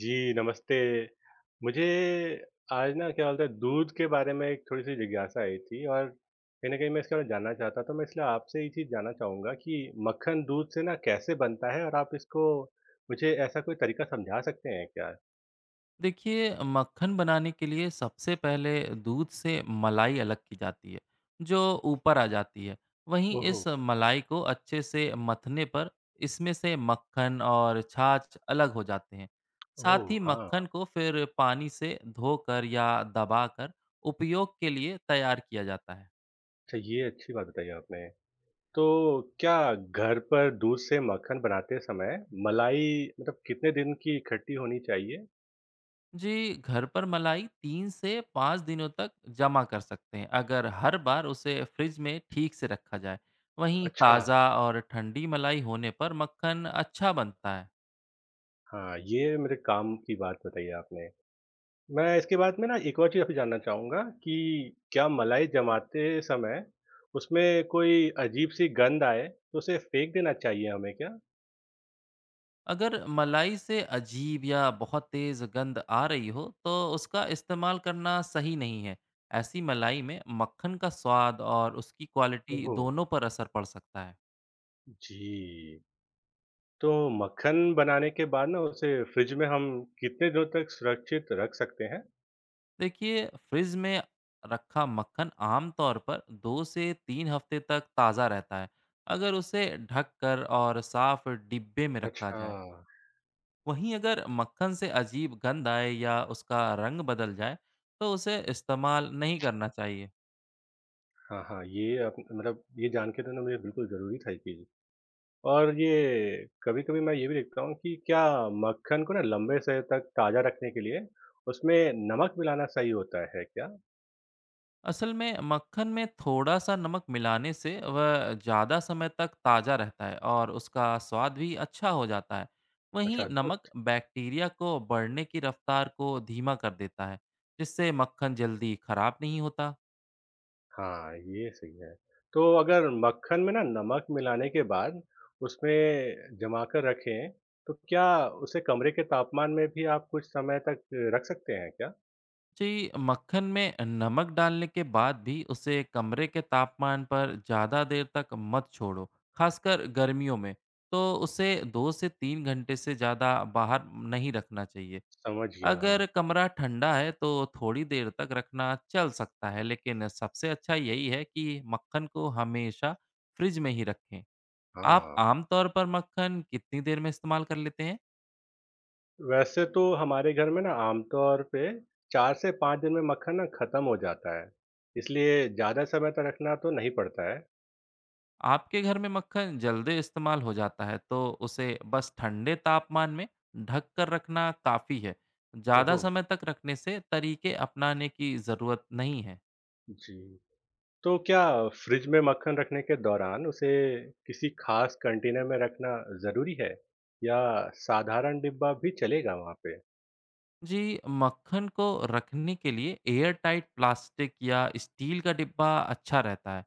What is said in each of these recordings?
जी, नमस्ते। मुझे आज ना क्या बोलते हैं दूध के बारे में एक थोड़ी-सी जिज्ञासा आई थी और कहीं न कहीं मैं इसके बारे में जानना चाहता था, तो मैं इसलिए आपसे ये चीज़ जानना चाहूँगा कि मक्खन दूध से ना कैसे बनता है? और आप इसको मुझे ऐसा कोई तरीका समझा सकते हैं क्या? देखिए, मक्खन बनाने के लिए सबसे पहले दूध से मलाई अलग की जाती है जो ऊपर आ जाती है। वहीं ओहो! इस मलाई को अच्छे से मथने पर इसमें से मक्खन और छाछ अलग हो जाते हैं। साथ ओह! ही हाँ, मक्खन को फिर पानी से धोकर या दबाकर उपयोग के लिए तैयार किया जाता है। अच्छा ये अच्छी बात बताई आपने। तो क्या घर पर दूध से मक्खन बनाते समय मलाई मतलब कितने दिन की इकट्ठी होनी चाहिए? जी, घर पर मलाई 3 से 5 दिनों तक जमा कर सकते हैं अगर हर बार उसे फ्रिज में ठीक से रखा जाए। वहीं अच्छा, ताज़ा और ठंडी मलाई होने पर मक्खन अच्छा बनता है। हाँ, ये मेरे काम की बात बताई आपने। मैं इसके बाद में ना एक और चीज़ आपसे जानना चाहूँगा कि क्या मलाई जमाते समय उसमें कोई अजीब-सी गंध आए, तो उसे फेंक देना चाहिए हमें क्या? अगर मलाई से अजीब या बहुत तेज़ गंध आ रही हो तो उसका इस्तेमाल करना सही नहीं है। ऐसी मलाई में मक्खन का स्वाद और उसकी क्वालिटी ओहो! दोनों पर असर पड़ सकता है। जी। तो मक्खन बनाने के बाद ना उसे फ्रिज में हम कितने दिनों तक सुरक्षित रख सकते हैं? देखिए, फ्रिज में रखा मक्खन आमतौर पर 2 से 3 हफ्ते तक ताज़ा रहता है अगर उसे ढक कर और साफ डिब्बे में रखा अच्छा। जाए। वहीं अगर मक्खन से अजीब गंध आए या उसका रंग बदल जाए तो उसे इस्तेमाल नहीं करना चाहिए। हाँ, हाँ, ये आप मतलब ये जान के तो ना मुझे बिल्कुल ज़रूरी था ये चीज़। और ये कभी-कभी मैं ये भी देखता हूँ कि क्या मक्खन को ना लंबे समय तक ताज़ा रखने के लिए उसमें नमक मिलाना सही होता है क्या? असल में मक्खन में थोड़ा सा नमक मिलाने से वह ज़्यादा समय तक ताज़ा रहता है और उसका स्वाद भी अच्छा हो जाता है। अच्छा वहीं अद्भुत। नमक बैक्टीरिया को बढ़ने की रफ्तार को धीमा कर देता है, जिससे मक्खन जल्दी खराब नहीं होता। हाँ, ये सही है। तो अगर मक्खन में ना नमक मिलाने के बाद उसमें जमा कर रखें, तो क्या उसे कमरे के तापमान में भी आप कुछ समय तक रख सकते हैं क्या? जी, मक्खन में नमक डालने के बाद भी उसे कमरे के तापमान पर ज़्यादा देर तक मत छोड़ो। खासकर गर्मियों में तो उसे 2 से 3 घंटे से ज़्यादा बाहर नहीं रखना चाहिए। समझ गया, हाँ। अगर कमरा ठंडा है तो थोड़ी देर तक रखना चल सकता है, लेकिन सबसे अच्छा यही है कि मक्खन को हमेशा फ्रिज में ही रखें। आप हाँ। आमतौर पर मक्खन कितनी देर में इस्तेमाल कर लेते हैं? वैसे तो हमारे घर में ना आमतौर पे 4 से 5 दिन में मक्खन ना खत्म हो जाता है, इसलिए ज़्यादा समय तक रखना तो नहीं पड़ता है। आपके घर में मक्खन जल्दी इस्तेमाल हो जाता है तो उसे बस ठंडे तापमान में ढक कर रखना काफ़ी है। ज़्यादा ओहो! समय तक रखने से तरीके अपनाने की ज़रूरत नहीं है। जी। तो क्या फ्रिज में मक्खन रखने के दौरान उसे किसी खास कंटेनर में रखना ज़रूरी है या साधारण डिब्बा भी चलेगा वहाँ पे? जी, मक्खन को रखने के लिए एयर टाइट प्लास्टिक या स्टील का डिब्बा अच्छा रहता है।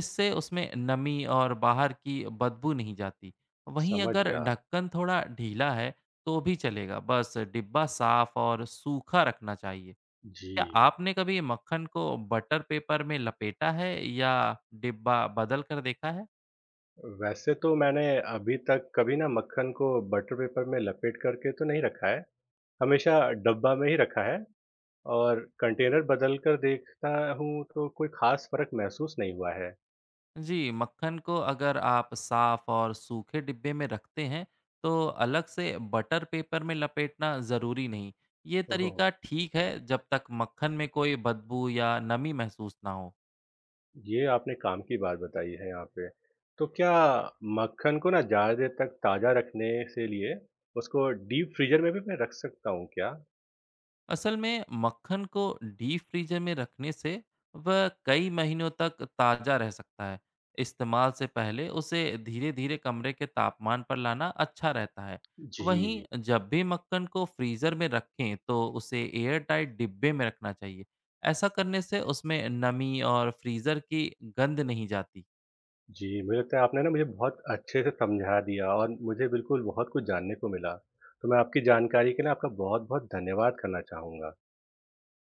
इससे उसमें नमी और बाहर की बदबू नहीं जाती। वहीं समझ अगर गया। ढक्कन थोड़ा ढीला है तो भी चलेगा, बस डिब्बा साफ और सूखा रखना चाहिए। जी। क्या आपने कभी मक्खन को बटर पेपर में लपेटा है या डिब्बा बदल कर देखा है? वैसे तो मैंने अभी तक कभी ना मक्खन को बटर पेपर में लपेट करके तो नहीं रखा है, हमेशा डब्बा में ही रखा है और कंटेनर बदल कर देखता हूँ तो कोई ख़ास फ़र्क महसूस नहीं हुआ है। जी, मक्खन को अगर आप साफ और सूखे डिब्बे में रखते हैं तो अलग से बटर पेपर में लपेटना ज़रूरी नहीं। ये ओहो! तरीका ठीक है जब तक मक्खन में कोई बदबू या नमी महसूस ना हो। ये आपने काम की बात बताई है यहाँ पे। तो क्या मक्खन को ना ज़्यादा देर तक ताज़ा रखने से लिए उसको डीप फ्रीज़र में भी मैं रख सकता हूँ क्या? असल में मक्खन को डीप फ्रीजर में रखने से वह कई महीनों तक ताज़ा रह सकता है। इस्तेमाल से पहले उसे धीरे धीरे कमरे के तापमान पर लाना अच्छा रहता है। जी। वहीं जब भी मक्खन को फ्रीज़र में रखें तो उसे एयर टाइट डिब्बे में रखना चाहिए। ऐसा करने से उसमें नमी और फ्रीज़र की गंध नहीं जाती। जी, मुझे लगता है आपने ना मुझे बहुत अच्छे से समझा दिया और मुझे बिल्कुल बहुत कुछ जानने को मिला। तो मैं आपकी जानकारी के लिए आपका बहुत-बहुत धन्यवाद करना चाहूँगा।